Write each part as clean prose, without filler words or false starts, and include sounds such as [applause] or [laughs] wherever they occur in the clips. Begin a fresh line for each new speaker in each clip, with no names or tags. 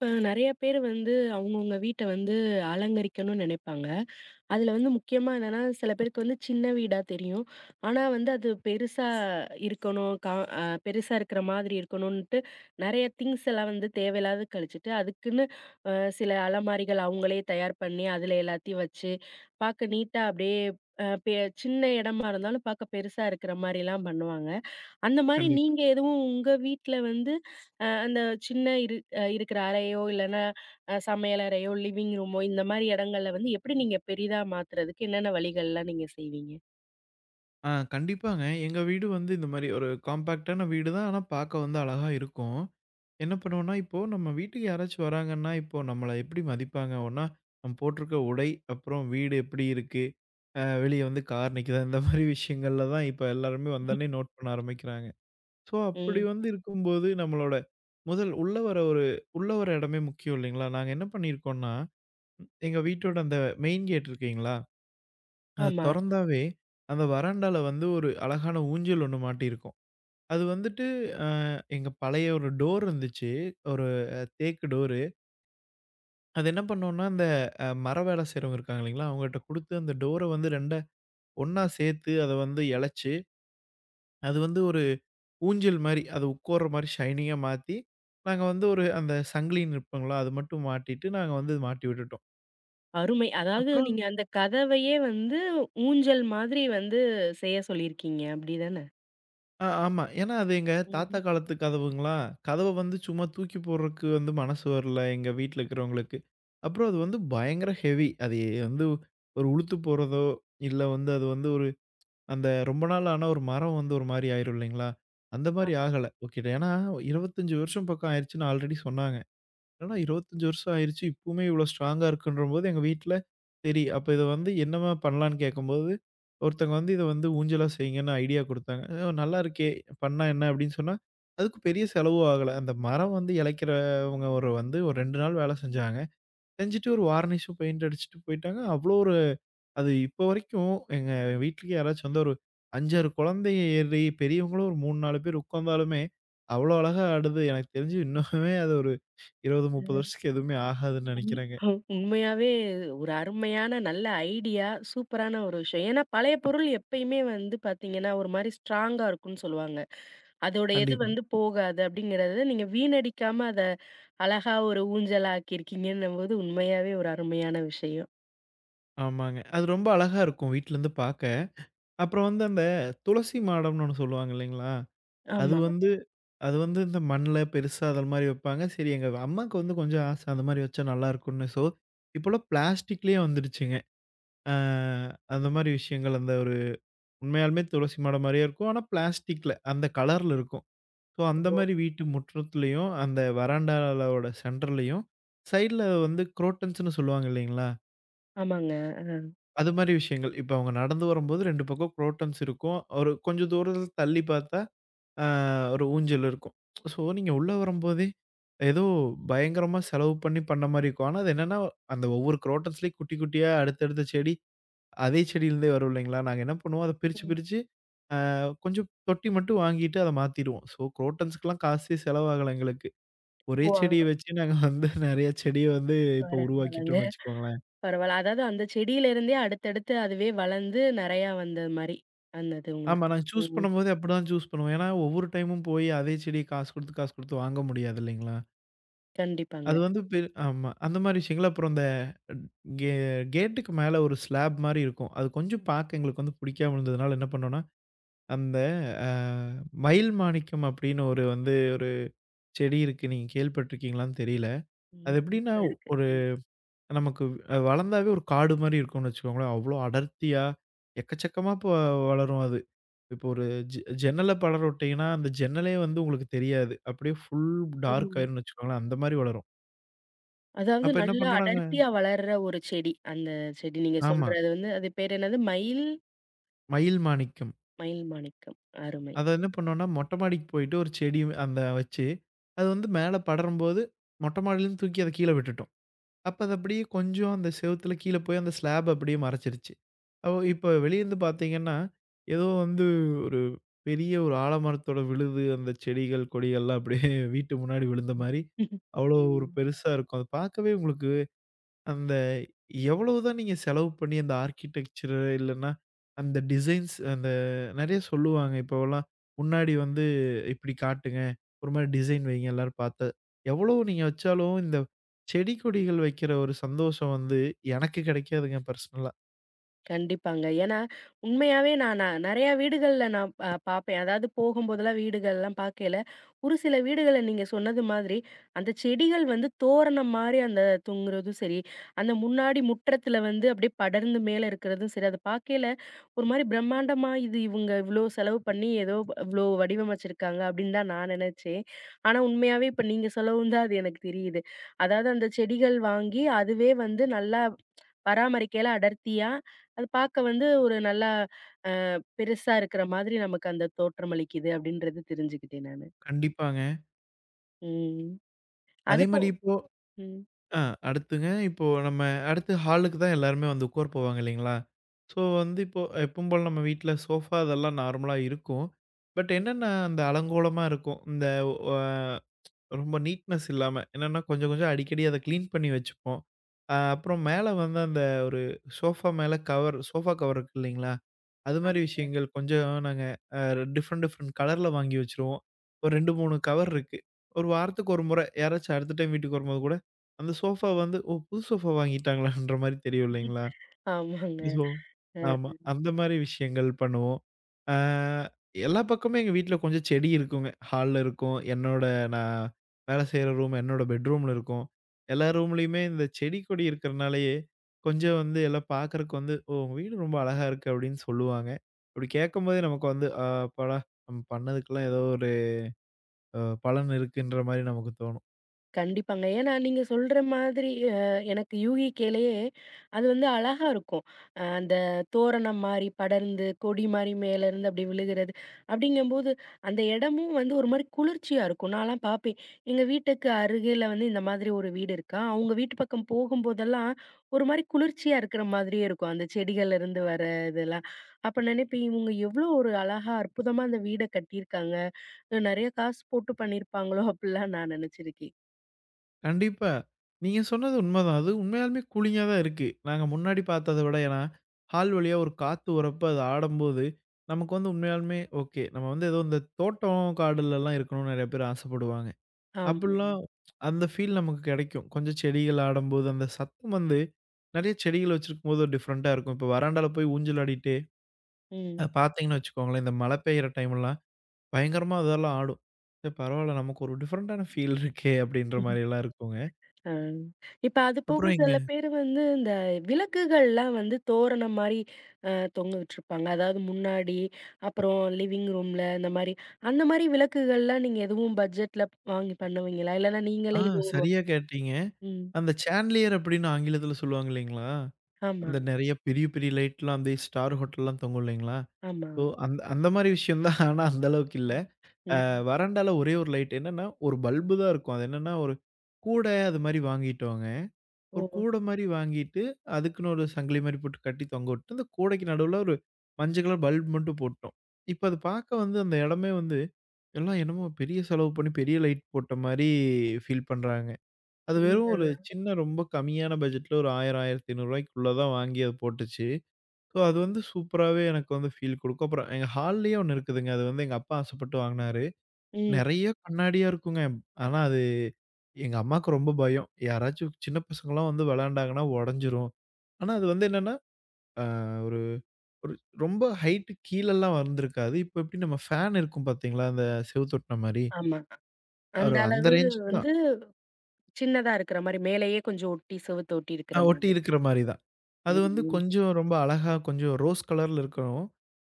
இப்ப நெறைய பேர் வந்து அவங்கவங்க வீட்ட வந்து அலங்கரிக்கணும்னு நெனைப்பாங்க. அதுல வந்து முக்கியமா என்னன்னா, சில பேருக்கு வந்து சின்ன வீடா தெரியும். ஆனா வந்து அது பெருசா இருக்கணும். கா அ பெருசா இருக்கிற மாதிரி இருக்கணும்ன்ட்டு நெறைய திங்ஸ் எல்லாம் வந்து தேவையில்லாத கழிச்சுட்டு, அதுக்குன்னு அ சில அலமாரிகள் அவங்களே தயார் பண்ணி, அதுல எல்லாத்தையும் வச்சு, பாக்க நீட்டா அப்படியே அ பெ சின்ன இடமா இருந்தாலும் பாக்க பெருசா இருக்கிற மாரிலாம் பண்ணுவாங்க. அந்த மாரி
கண்டிப்பா.
நீங்க எதுவும் உங்க வீட்ல வந்து அ அந்த சின்ன இரு அ இருக்கிற அறையோ, இல்லன்னா சமையலறையோ, லிவிங் ரூமோ இந்த மாரி இடங்கள்ல வந்து எப்படி நீங்க பெரிதா மாத்துறதுக்கு என்னென்ன வழிகள்லாம் நீங்க செய்வீங்க?
கண்டிப்பாங்க. எங்க வீடு வந்து இந்த மாரி ஒரு காம்பேக்ட்டான வீடு தான். ஆனா பார்க்க வந்து அழகா இருக்கும். என்ன பண்ணுவோம்னா, இப்போ நம்ம வீட்டுக்கு யாராச்சும் வராங்கன்னா, இப்போ நம்மள எப்படி மதிப்பாங்க? ஒண்ணா நம்ம போட்டிருக்க உடை, அப்புறம் வீடு எப்படி இருக்கு? வெளிய வந்து கார் நிக்குதா? இந்த மாரி [laughs] விஷயங்கள்ல தான் இப்ப எல்லாருமே வந்தோனே நோட் பண்ண ஆரம்பிக்கிறாங்க. ஸோ, அப்படி
ம்.
வந்து இருக்கும்போது நம்மளோட முதல் உள்ள வர ஒரு உள்ள வர இடமே முக்கியம் இல்லைங்களா? நாங்க என்ன பண்ணியிருக்கோம்னா, எங்க வீட்டோட அந்த மெயின் கேட் இருக்குங்களா? அத
ஆமா.
தொறந்தாவே, அந்த வராண்டால வந்து ஒரு அழகான ஊஞ்சல் ஒண்ணு மாட்டியிருக்கும். அது வந்துட்டு எங்க பழைய ஒரு டோர் இருந்துச்சு. ஒரு தேக்கு டோரு. அது என்ன பண்ணோம்னா, அந்த மர வேலை செய்றவங்க இருக்காங்க இல்லைங்களா, அவங்ககிட்ட குடுத்து அந்த டோர வந்து 2 ஒண்ணா சேர்த்து அத வந்து இழச்சு, அது வந்து ஒரு ஊஞ்சல் மாரி, அது உட்கார்ற மாரி ஷைனிங்கா மாத்தி, நாங்க வந்து ஒரு அந்த சங்கிலின்னு இருப்பாங்களா, அது மட்டும் மாட்டிட்டு நாங்க வந்து மாட்டி விட்டுட்டோம்.
அருமை. அதாவது
அப்புறம்
நீங்க அந்த கதவையே வந்து ஊஞ்சல் மாதிரி வந்து செய்ய சொல்லியிருக்கீங்க. அப்படிதான?
ஆமா. ஏன்னா அது எங்க தாத்தா
ம்.
காலத்து கதவுங்களா, கதவ வந்து சும்மா தூக்கி போடுறக்கு வந்து மனசு வரல எங்க வீட்ல இருக்கிறவங்களுக்கு. அப்புறம் அது வந்து பயங்கர ஹெவி. அது வந்து ஒரு உளுத்து போறதோ, இல்ல வந்து அது வந்து ஒரு அந்த ரொம்ப நாள் ஆனா ஒரு மரம் வந்து ஒரு மாரி ஆயிரும் இல்லைங்களா? அந்த மாரி
அது
ஆகல. ஓகே. ஏன்னா 25 வருஷம் பக்கம் ஆயிருச்சுன்னு ஆல்ரெடி சொன்னாங்க. என்னடா 25 வருஷம் ஆயிருச்சு. இப்பவுமே இவ்ளோ ஸ்ட்ராங்கா இருக்குன்றபோது, எங்க வீட்ல சரி அப்ப இத வந்து என்னம்மா பண்ணலான்னு கேட்கும்போது, ஒருத்தங்க வந்து இத வந்து ஊஞ்சலா செய்யுங்கன்னு ஐடியா குடுத்தாங்க. "ஓ! நல்லா இருக்கே! பண்ணா என்ன?" அப்படின்னு சொன்னா, அதுக்கு பெரிய செலவும் ஆகல. அந்த மரம் வந்து இளைக்கிறவங்க ஒரு வந்து ஒரு 2 நாள் வேல செஞ்சாங்க. செஞ்சுட்டு ஒரு வார்னிஷும் பெயிண்ட் அடிச்சுட்டு போயிட்டாங்க. அவ்ளோ ஒரு அது இப்போ வரைக்கும் எங்க வீட்டுக்கு யாராச்சும் வந்தா ஒரு 5, 6 குழந்தைங்க ஏறி பெரியவங்களும் ஒரு 3, 4 பேர் உட்காந்தாலுமே, அவ்வளோ அழகா ஆடுது. எனக்கு தெரிஞ்சு இன்னுமே அது ஒரு 20, 30 வருஷத்துக்கு எதுவுமே ஆகாதுன்னு
உண்
நினைக்கிறேங்க.
உண்மையாவே ஒரு அருமையான நல்ல ஐடியா. சூப்பரான ஒரு விஷயம். ஏன்னா பழைய பொருள் எப்பயுமே வந்து பார்த்தீங்கன்னா, ஒரு மாரி ஸ்ட்ராங்கா இருக்கும்னு சொல்லுவாங்க. அதோட இது
கண்டிப்பா.
வந்து போகாது அப்படிங்கிறத நீங்க வீணடிக்காம அத அழகா ஒரு ஊஞ்சலா ஆக்கியிருக்கீங்கன்னும்போது உண்மையாவே ஒரு அருமையான விஷயம்.
ஆமாங்க. அது ரொம்ப அழகா இருக்கும் வீட்லருந்து பாக்க. அப்புறம் வந்து அந்த துளசி மாடம்னு ஒண்ணு சொல்லுவாங்க இல்லைங்களா? அது
ஆமா.
வந்து அது வந்து இந்த மண்ல பெருசா அது மாரி வைப்பாங்க. சரி எங்க அம்மாவுக்கு வந்து கொஞ்சம் ஆசை அந்த மாரி வச்சா நல்லாயிருக்கும்னு. ஸோ இப்போலாம் பிளாஸ்டிக்லேயே வந்துடுச்சுங்க. அ அந்த மாரி விஷயங்கள் அந்த ஒரு உண்மையாலுமே துளசி மாடம் மாரியே இருக்கும். ஆனா பிளாஸ்டிக்ல அந்த கலர்ல இருக்கும். ஸோ அந்த
ஓ!
மாரி வீட்டு முற்றத்துலயும், அந்த வராண்டாலோட சென்டர்லயும், சைட்ல வந்து குரோட்டன்ஸ்ன்னு சொல்லுவாங்க இல்லைங்களா?
ஆமாங்க. அ.
அது மாரி விஷயங்கள். இப்ப அவங்க நடந்து வரும்போது 2 பக்கம் குரோட்டன்ஸ் இருக்கும். ஒரு கொஞ்சம் தூரத்தில தள்ளி பார்த்தா, ஆ ஒரு ஊஞ்சல் இருக்கும். ஸோ நீங்க உள்ள வரும்போதே, ஏதோ பயங்கரமா செலவு பண்ணி பண்ண மாரி இருக்கும். ஆனா அது என்னன்னா, அந்த ஒவ்வொரு குரோட்டன்ஸ்லயும் குட்டி குட்டியா அடுத்தடுத்த செடி, அதே செடியிலேருந்தே வரும் இல்லைங்களா? நாங்க என்ன பண்ணுவோம், அத பிரிச்சு
ம்.
பிரிச்சு கொஞ்சம் தொட்டி மட்டும் வாங்கிட்டு அத மாத்திருவோம். ஸோ குரோட்டன்ஸ்க்குலாம் காசே செலவாகல எங்களுக்கு. ஒரே
ஓ!
செடிய வச்சு நாங்க வந்து நெறைய செடிய வந்து இப்போ
பரவால்லங்க.
உருவாக்கிட்டோம்னு வச்சுக்கோங்களேன்.
பரவால்ல. அதாவது அந்த செடியில இருந்தே அடுத்தடுத்து அதுவே வளர்ந்து நெறையா வந்த மாரி வந்தது
ஆமா
உங்களுக்கு.
நாங்க சூஸ்
ம்.
பண்ணும்போதே அப்படிதான் சூஸ் பண்ணுவோம். ஏன்னா ஒவ்வொரு டைமும் போய் அதே செடிய காசு குடுத்து, காசு குடுத்து வாங்க முடியாது இல்லைங்களா?
கண்டிப்பாங்க.
அது வந்து ஆமா. அந்த மாரி விஷயங்கள் அப்புறம் இந்த கே கேட்டுக்கு மேல ஒரு ஸ்லாப் மாரி இருக்கும். அது கொஞ்சம் பாக்க எங்களுக்கு வந்து பிடிக்காம இருந்ததுனால என்ன பண்ணோம்னா, அந்த அ மயில் மாணிக்கம் அப்படின்னு ஒரு வந்து ஒரு செடி இருக்கு. நீங்க கேள்விப்பட்டுருக்கீங்களான்னு தெரியல.
ம்.
அது எப்படின்னா
சூப்பரா இருக்கு.
ஒரு
ம்.
நமக்கு வளர்ந்தாவே ஒரு காடு மாரி இருக்கும்னு வச்சுக்கோங்களேன். அவ்ளோ அடர்த்தியா, எக்கச்சக்கமா இப்போ வளரும் அது. இப்போ ஒரு ஜ ஜன்னல படர விட்டீங்கன்னா, அந்த ஜன்னலே வந்து உங்களுக்கு தெரியாது. அப்படியே ஃபுல் டார்க்
ம்.
ஆயிரும்னு வச்சுக்கோங்களேன். அந்த மாரி வளரும்.
அதாவது
அப்ப என்ன
நல்லா
பண்ணோம் நாங்க
அடர்த்தியா வளர்ற ஒரு செடி. அந்த செடி நீங்க
ஆமா.
சொல்றது வந்து அது பேர் என்னது? மயில்
மயில் மாணிக்கம்.
மயில் மாணிக்கம். அருமை.
அத என்ன பண்ணோம்னா, மொட்டை மாடிக்கு போயிட்டு ஒரு செடி அந்த வச்சு, அது வந்து மேல படரும்போது மொட்டை மாடியிலருந்து தூக்கி அத கீழ விட்டுட்டோம். அப்ப அது அப்படியே கொஞ்சம் அந்த செவுத்துல கீழ போய் அந்த ஸ்லாப் அப்படியே மறைச்சிருச்சு. அப்போ இப்ப வெளியருந்து பார்த்தீங்கன்னா, ஏதோ வந்து ஒரு பெரிய ஒரு ஆலமரத்தோட விழுது, அந்த செடிகள், கொடிகள்லாம் அப்படியே வீட்டு முன்னாடி விழுந்த மாரி, அவ்வளோ ஒரு
ம்.
பெருசா இருக்கும். அது பார்க்கவே உங்களுக்கு அந்த எவ்வளவுதான் நீங்க செலவு பண்ணி அந்த ஆர்க்கிடெக்சர் இல்லன்னா, அந்த டிசைன்ஸ் அந்த நெறைய சொல்லுவாங்க. இப்போலாம் முன்னாடி வந்து இப்டி காட்டுங்க. ஒரு மாரி டிசைன் வைங்க எல்லாரும் பாத்து. எவ்வளோ நீங்க வச்சாலும் இந்த செடி கொடிகள் வைக்கிற ஒரு சந்தோஷம் வந்து எனக்கு கெடைக்காதுங்க பர்சனலா.
கண்டிப்பாங்க. ஏன்னா, உண்மையாவே நான் நான் நெறையா வீடுகள்ல நான் பாப்பேன். அதாவது போகும்போதெல்லாம் வீடுகள்லாம் பாக்கையில, ஒரு சில வீடுகள்ல நீங்க சொன்னது மாதிரி, அந்த செடிகள் வந்து தோரணம் மாரி அந்த தொங்குறதும் சரி, அந்த முன்னாடி முற்றத்துல வந்து அப்படியே படர்ந்து மேல இருக்கிறதும் சரி, அத பாக்கையில ஒரு மாரி பிரம்மாண்டமா இது இவங்க இவ்ளோ செலவு பண்ணி ஏதோ இவ்ளோ வடிவமைச்சிருக்காங்க அப்படின்னு தான் நான் நெனைச்சேன். ஆனா உண்மையாவே இப்ப நீங்க சொல்லவும் தான் அது எனக்கு தெரியுது. அதாவது அந்த செடிகள் வாங்கி அதுவே வந்து நல்லா பராமரிக்கையில அடர்த்தியா, அது பார்க்க வந்து ஒரு நல்லா பெருசா இருக்கிற மாதிரி நமக்கு அந்த தோற்றமளிக்குது அப்படின்றது தெரிஞ்சுக்கிட்டேன் நானு.
கண்டிப்பாங்க.
ம்.
அதே
அதுபோ
மாரி இப்போ
ம்.
ஆ அடுத்துங்க இப்போ நம்ம அடுத்து ஹாலுக்கு தான் எல்லாருமே வந்து உட்கார போவாங்க இல்லைங்களா? ஸோ வந்து இப்போ எப்பவும் போல நம்ம வீட்ல சோஃபா அதெல்லாம் நார்மலா இருக்கும். பட்
ம்.
என்னன்னா அந்த அலங்கோலமா இருக்கும். இந்த அ ரொம்ப நீட்னஸ் இல்லாம. என்னன்னா கொஞ்சம் கொஞ்சம் அடிக்கடி அத கிளீன் பண்ணி வச்சுப்போம். அப்புறம் மேல வந்து அந்த ஒரு சோஃபா மேல கவர் சோஃபா கவர் இருக்கு இல்லைங்களா? அது மாரி
ஆம்.
விஷயங்கள் கொஞ்சம் நாங்க அ டிஃப்ரெண்ட் டிஃப்ரெண்ட் கலர்ல வாங்கி வச்சுருவோம். ஒரு 2, 3 கவர் இருக்கு. ஒரு வாரத்துக்கு ஒரு முறை யாராச்சும் அடுத்த டைம் வீட்டுக்கு வரும்போது கூட, அந்த சோஃபா வந்து, "ஓ! புது சோஃபா வாங்கிட்டாங்களான்ற" மாரி தெரியும் இல்லைங்களா?
ஆமாங்க.
ஸோ,
அ.
ஆமா. அந்த மாரி விஷயங்கள் பண்ணுவோம். ஆ எல்லா பக்கமும் எங்க வீட்ல கொஞ்சம் செடி இருக்குங்க. ஹால்ல இருக்கும். என்னோட நான் வேலை செய்ற ரூம் என்னோட பெட்ரூம்ல இருக்கும். எல்லா ரூம்லயுமே இந்த செடி, கொடி இருக்கிறனாலயே, கொஞ்சம் வந்து எல்லாம் பார்க்கறக்கு வந்து, "ஓ! உங்க வீடு ரொம்ப அழகா இருக்கு" அப்படின்னு சொல்லுவாங்க. அப்படி கேட்கும்போதே நமக்கு வந்து, "அப்பாடா! நம்ம பண்ணதுக்கெல்லாம் ஏதோ ஒரு அ பலன் இருக்குன்ற" மாரி நமக்கு தோணும்.
கண்டிப்பாங்க. ஏன்னா நீங்க சொல்ற மாதிரி அ எனக்கு யூகிக்கையிலேயே அது வந்து அழகா இருக்கும். அந்த தோரணம் மாரி படர்ந்து, கொடி மாரி மேலேருந்து அப்படி விழுகிறது. அப்படிங்கும்போது அந்த இடமும் வந்து ஒரு மாரி குளிர்ச்சியா இருக்கும். நான்லாம் பார்ப்பேன். எங்க வீட்டுக்கு அருகில வந்து இந்த மாதிரி ஒரு வீடு இருக்கா. அவங்க வீட்டு பக்கம் போகும்போதெல்லாம் ஒரு மாரி குளிர்ச்சியா இருக்கிற மாதிரியே இருக்கும். அந்த செடிகள்லேருந்து வர இதெல்லாம். அப்ப நினைப்பேன், இவங்க எவ்வளோ ஒரு அழகா அற்புதமா அந்த வீட கட்டியிருக்காங்க. நெறைய காசு போட்டு பண்ணியிருப்பாங்களோ அப்படிலாம் நான் நினைச்சிருக்கேன்.
கண்டிப்பா. நீங்க சொன்னது உண்மதான். அது உண்மையாலுமே கூலிங்கா தான் இருக்கு. நாங்க முன்னாடி பார்த்தத விட ஏன்னா, ஹால் வழியா ஒரு காத்து வரப்ப அது ஆடம்போது, நமக்கு வந்து உண்மையாலுமே ஓகே. நம்ம வந்து ஏதோ இந்த தோட்டம், காடுலலாம் இருக்கணும்னு நெறைய பேர் ஆசைப்படுவாங்க.
ஆமாங்க.
அப்படிலாம் அந்த ஃபீல் நமக்கு கெடைக்கும். கொஞ்சம் செடிகள் ஆடம்போது, அந்த சத்தம் வந்து நெறைய செடிகள் வச்சிருக்கும்போது ஒரு டிஃப்ரெண்ட்டா இருக்கும். இப்போ வராண்டால போய் ஊஞ்சல் ஆடிட்டு, அத
ம்.
பார்த்தீங்கன்னு வச்சுக்கோங்களேன், இந்த மழை பெய்யிற டைம்லாம் பயங்கரமா அதெல்லாம் ஆடும். "சரி பரவால்ல, நமக்கு ஒரு டிஃப்ரெண்ட்டான ஃபீல் இருக்கே!" அப்படின்ற மாரியெல்லாம் இருக்குங்க.
ஆ. இப்ப அது போக
அப்புறம் எங்க
சில பேரு வந்து இந்த விளக்குகள்லாம் வந்து தோரணம் மாரி அ தொங்க விட்டுருப்பாங்க. அதாவது முன்னாடி, அப்புறம் லிவிங் ரூம்ல இந்த மாரி. அந்த மாரி விளக்குகள்லாம் நீங்க எதுவும் பட்ஜெட்ல வாங்கி பண்ணுவீங்களா? இல்லன்னா
ஆ,
நீங்களே இது உருவா
சரியா கேட்டீங்க.
ம்.
அந்த சான்லியர் அப்படின்னு ஆங்கிலத்தில சொல்லுவாங்க இல்லைங்களா?
ஆமா,
அந்த நெறைய பெரிய பெரிய லைட்லாம் அந்த ஸ்டார் ஹோட்டல்லாம் தொங்கும் இல்லைங்களா?
ஆமா.
அந்த அந்த மாரி விஷயம் தான். ஆனா அந்த அளவுக்கு இல்ல.
ம். ம்.
வராண்டால ஒரே ஒரு லைட் என்னன்னா, ஒரு பல்பு தான் இருக்கும். அது என்னன்னா, ஒரு கூட அது மாரி வாங்கிட்டோங்க.
ஓ!
ஒரு கூட மாரி வாங்கிட்டு, அதுக்குன்னு ஒரு சங்கிலி மாரி போட்டு கட்டி தொங்க விட்டு, அந்த கூடைக்கு நடுவுல ஒரு மஞ்சள் கலர் பல்ப் மட்டும் போட்டோம். இப்ப அது பார்க்க வந்து அந்த இடமே வந்து, எல்லாம் என்னமோ பெரிய செலவு பண்ணி பெரிய லைட் போட்ட மாரி ஃபீல் பண்றாங்க. அது
ம்.
வெறும் ஒரு
அதான்.
சின்ன ரொம்ப கம்மியான பட்ஜெட்ல ஒரு 1000, ரூ. 1500 தான் வாங்கி அது போட்டுச்சு. ஸோ அது வந்து சூப்பராவே எனக்கு வந்து ஃபீல் குடுக்கும். அப்புறம் எங்க ஹால்லயே ஒண்ணு இருக்குதுங்க. அது வந்து எங்க அப்பா ஆசைப்பட்டு வாங்குனாரு.
ம்.
நெறைய கண்ணாடியா இருக்குங்க. ஆனா அது எங்க அம்மாக்கு ரொம்ப பயம். யாராச்சும் சின்ன பசங்கலாம் வந்து விளையாண்டாங்கன்னா உடைஞ்சிரும். ஆனா அது வந்து என்னன்னா, அ ஒரு ஒரு ரொம்ப ஹைட் கீழலாம் வந்திருக்காது. இப்ப எப்படி நம்ம ஃபேன் இருக்கும் பார்த்தீங்களா? அந்த செவுத்தொட்டுன மாரி.
ஆமா. அந்த
ஒரு அந்த
அளவு
ரேஞ்சுக்கு தான்.
வந்து சின்னதா இருக்கிற மாரி மேலேயே கொஞ்சம் ஒட்டி, செவுத்து ஒட்டி இருக்கிற
ஒட்டி
மாதிரி.
இருக்கிற மாரி தான். அது
ம்,
வந்து
ம்.
கொஞ்சம் ரொம்ப அழகா கொஞ்சம் ரோஸ் கலர்ல இருக்கணும்.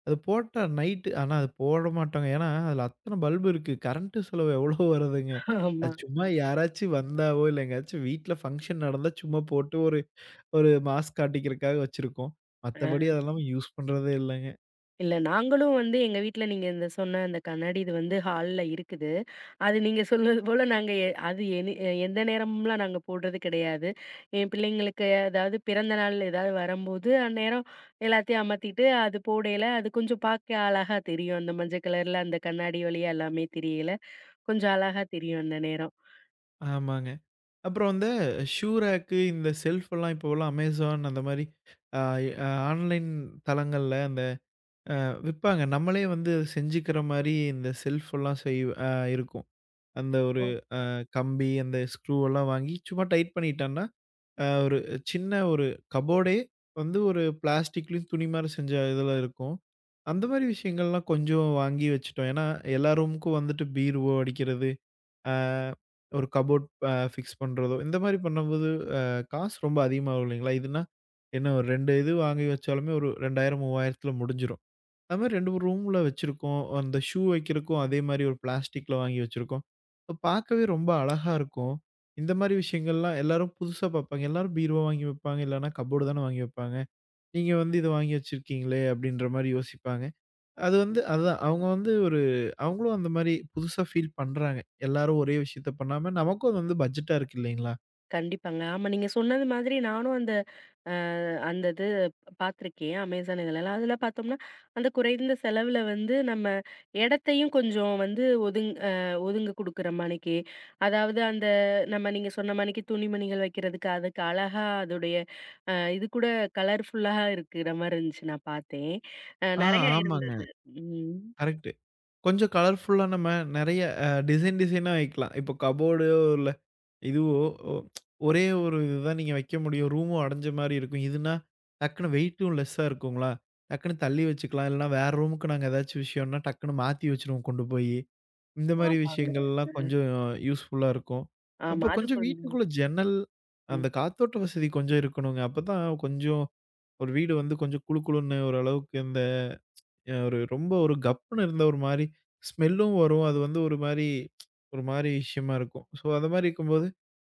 அது போட்டா நைட்டு ஆனா அது போட மாட்டோங்க. ஏன்னா, அதுல அத்தன பல்பு இருக்கு. கரண்ட் செலவு எவ்வளோ வருதுங்க.
ஆமா.
அது சும்மா யாராச்சும் வந்தாவோ, இல்ல எங்கேயாச்சும் வீட்ல ஃபங்ஷன் நடந்தா சும்மா போட்டு ஒரு ஒரு மாஸ் காட்டிக்கிறதுக்காக வச்சிருக்கோம். மத்தபடி
ஆ.
அதெல்லாம் யூஸ் பண்றதே இல்லங்க.
இல்ல நாங்களும் வந்து எங்க வீட்ல நீங்க இந்த சொன்ன அந்த கண்ணாடி இது வந்து ஹால்ல இருக்குது. அது நீங்க சொன்னது போல நாங்க எ அது எனி எ- எந்த நேரம்லாம் நாங்க போடுறது கிடையாது. என் பிள்ளைங்களுக்கு அதாவது பிறந்த நாள் ஏதாவது வரும்போது, அந்நேரம் எல்லாத்தையும் அமத்திட்டு அது போடையில அது கொஞ்சம் பார்க்க அழகா தெரியும். அந்த மஞ்சள் கலர்ல அந்த கண்ணாடி வழியா எல்லாமே தெரியயில, கொஞ்சம் அழகா தெரியும் அந்த நேரம்.
ஆமாங்க. அப்புறம் இந்த ஷூ ரேக்கு, இந்த செல்ஃப் எல்லாம் இப்போலாம் Amazon அந்த மாரி ஆ ஆன்லைன் தளங்கள்ல விப்பாங்க. நம்மளே வந்து செஞ்சுக்கிற மாரி இந்த செல்ஃப் எல்லாம் செய் அ இருக்கும். அந்த ஒரு கம்பி, அந்த ஸ்க்ரூ எல்லாம் வாங்கி சும்மா டைட் பண்ணிட்டோம்னா, ஒரு சின்ன ஒரு கப்போர்டே வந்து ஒரு பிளாஸ்டிக்லயும் துணி மாரி செஞ்ச இதில இருக்கும். அந்த மாரி விஷயங்கள்லாம் கொஞ்சம் வாங்கி வச்சுட்டோம். ஏன்னா, எல்லா ரூமுக்கும் வந்துட்டு பீரோ அடிக்கிறது, அ ஒரு கப்போர்ட் ஃபிக்ஸ் பண்றதோ, இந்த மாரி பண்ணும்போது அ காசு ரொம்ப அதிகமாகும் இல்லைங்களா? இதுனா என்ன ஒரு 2 இது வாங்கி வச்சாலுமே ஒரு 2000, 3000த்துல முடிஞ்சிரும். அது மாரி 2, 3 ரூம்ல வச்சிருக்கோம். அந்த ஷூ வைக்கிறக்கும் அதே மாரி ஒரு பிளாஸ்டிக்ல வாங்கி வச்சிருக்கோம். பார்க்கவே ரொம்ப அழகா இருக்கும். இந்த மாரி விஷயங்கள்லாம் எல்லாரும் புதுசா பார்ப்பாங்க. எல்லாரும் பீரோ வாங்கி வைப்பாங்க. இல்லன்னா கப்போர்டு தானே வாங்கி வைப்பாங்க. நீங்க வந்து இத வாங்கி வச்சிருக்கீங்களே! அப்பிடின்ற மாரி யோசிப்பாங்க. அது வந்து அதுதான். அவுங்க வந்து ஒரு அவுங்களும் அந்த மாரி புதுசா ஃபீல் பண்றாங்க. எல்லாரும் ஒரே விஷயத்த பண்ணாம நமக்கும் அது வந்து பட்ஜெட்டா இருக்கு இல்லேங்களா!
கண்டிப்பாங்க. ஆமா. நீங்க சொன்னது மாதிரி நானும் அ அந்த இது பார்த்துருக்கேன். அமேசான் இதுலலாம். அதுல பார்த்தோம்னா, அந்த குறைந்த செலவுல வந்து நம்ம இடத்தையும் கொஞ்சம் வந்து ஒதுங்க குடுக்குற மாணிக்கு, அதாவது அந்த நம்ம நீங்க சொன்ன மாணிக்கு துணிமணிகள் வைக்கிறதுக்கு, அதுக்கு அழகா அதோடைய இது கூட கலர்ஃபுல்லா இருக்கிற மாரி இருந்துச்சு நான் பார்த்தேன்.
ஆ,
நெறையா
ஆமாங்க.
இருந்தது. ம்.
கரெக்ட்டு. கொஞ்சம் கலர்ஃபுல்லா நம்ம நெறைய டிசைன் டிசைனா வைக்கலாம். இப்போ கப்போர்டு இதுவோ ஒ ஒரே ஒரு இதுதான் நீங்க வைக்க முடியும். ரூமும் அடைஞ்ச மாரி இருக்கும். இதுன்னா, டக்குனு வெயிட்டும் லெஸ்ஸா இருக்குங்களா? டக்குனு தள்ளி வச்சுக்கலாம். இல்லன்னா வேற ரூமுக்கு நாங்க ஏதாச்சும் விஷயம்னா, டக்குனு மாத்தி வச்சுருவோம் கொண்டு போயி. இந்த மாரி
ஆமாங்க.
விஷயங்கள்லாம்
அ
கொஞ்சம் யூஸ்ஃபுல்லா இருக்கும்.
ஆமா.
அப்ப
அது
கொஞ்சம்
கொஞ்சம்.
வீட்டுக்குள்ள ஜன்னல்,
ம்.
அந்த காத்தோட்ட வசதி கொஞ்சம் இருக்கணுங்க. அப்பதான் கொஞ்சம் ஒரு வீடு வந்து கொஞ்சம் குளு குளுன்னு ஓரளவுக்கு இந்த ஒரு ரொம்ப ஒரு கப்புன்னு இருந்த ஒரு மாரி ஸ்மெல்லும் வரும். அது வந்து ஒரு மாரி ஒரு மாரி விஷயமா இருக்கும். ஸோ, அது மாரி இருக்கும்போது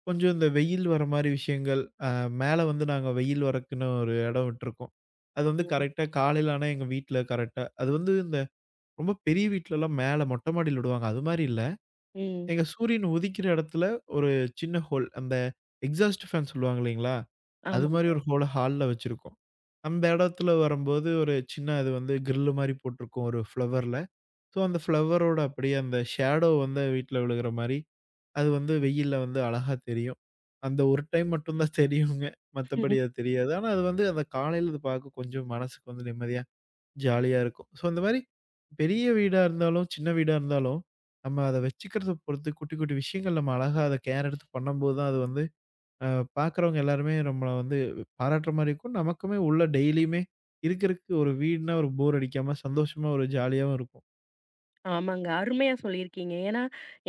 கொஞ்சம் இந்த வெயில் வர மாரி விஷயங்கள், மேல வந்து நாங்க வெயில் வரக்குன்னு ஒரு இடம் விட்டுருக்கோம். அது வந்து
ம்.
கரெக்ட்டா காலையில ஆனா எங்க வீட்ல கரெக்ட்டா அது வந்து இந்த ரொம்ப பெரிய வீட்லலாம் மேல மொட்டை மாடியில விடுவாங்க. அது மாரி இல்ல.
ம்.
எங்க சூரியன் உதிக்கிற இடத்துல ஒரு சின்ன ஹோல். அந்த எக்ஸாஸ்ட் ஃபேன் சொல்லுவாங்க இல்லைங்களா? அது
ஆமாங்க.
மாரி ஒரு ஹோல ஹால்ல வச்சிருக்கோம். அந்த இடத்துல வரும்போது ஒரு சின்ன அது வந்து கிரில் மாரி போட்டிருக்கோம் ஒரு ஃப்ளவர்ல. ஸோ அந்த ஃப்ளவரோட அப்படியே அந்த ஷேடோ வந்து வீட்ல விழுகிற மாரி அது வந்து வெயில்ல வந்து அழகா தெரியும். அந்த ஒரு டைம் மட்டும் தான் தெரியுங்க. மத்தபடி அது தெரியாது. ஆனா அது வந்து அந்த காலையில அது பார்க்க கொஞ்சம் மனசுக்கு வந்து நிம்மதியா, ஜாலியா இருக்கும். ஸோ இந்த மாரி பெரிய வீடா இருந்தாலும், சின்ன வீடா இருந்தாலும், நம்ம அத வச்சுக்கிறத பொறுத்து குட்டி, குட்டி விஷயங்கள் நம்ம அழகா அத கேர் எடுத்து பண்ணும்போது தான் அது வந்து அ பார்க்குறவங்க எல்லாருமே நம்மள வந்து பாராட்டுற மாரி இருக்கும். நமக்குமே உள்ள டெய்லியுமே இருக்க, இருக்க ஒரு வீடுனா ஒரு போர் அடிக்காம சந்தோஷமா ஒரு ஜாலியாவும் இருக்கும்.
ஆமாங்க. அருமையா சொல்லியிருக்கீங்க. ஏன்னா,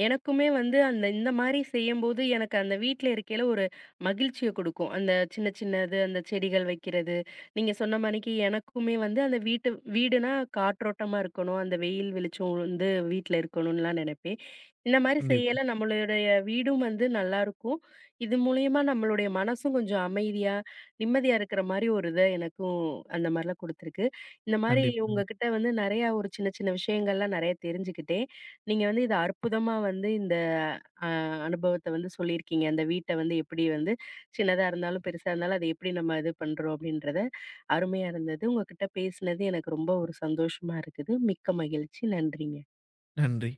எனக்குமே வந்து அந்த இந்த மாரி செய்யும்போது எனக்கு அந்த வீட்ல இருக்கையில ஒரு மகிழ்ச்சிய குடுக்கும். அந்த சின்ன சின்னது அந்த செடிகள் வைக்கிறது. நீங்க சொன்ன மாணிக்கு எனக்குமே வந்து அந்த வீட்டு வீடுனா காற்றோட்டமா இருக்கணும். அந்த வெயில் வெளிச்சம் வந்து வீட்ல இருக்கணும்லாம் நெனைப்பேன். இந்த மாரி
கண்டிப்பா,
செய்யல நம்மளுடைய வீடும் வந்து நல்லாருக்கும். இது மூலியமா நம்மளுடைய மனசும் கொஞ்சம் அமைதியா, நிம்மதியா இருக்கிற மாரி ஒரு இத எனக்கும் அந்த மாரிலாம் குடுத்துருக்கு. இந்த மாரி
கண்டிப்பாங்க.
உங்ககிட்ட வந்து நெறையா ஒரு சின்ன சின்ன விஷயங்கள்லாம் நெறைய தெரிஞ்சுக்கிட்டேன். நீங்க வந்து இத அற்புதமா வந்து இந்த அ அனுபவத்த வந்து சொல்லியிருக்கீங்க. அந்த வீட்ட வந்து எப்படி வந்து சின்னதா இருந்தாலும், பெருசா இருந்தாலும் அத எப்படி நம்ம இது பண்றோம் அப்படின்றத அருமையா இருந்தது. உங்ககிட்ட பேசினது எனக்கு ரொம்ப ஒரு சந்தோஷமா இருக்குது. மிக்க மகிழ்ச்சி. நன்றிங்க.
நன்றி.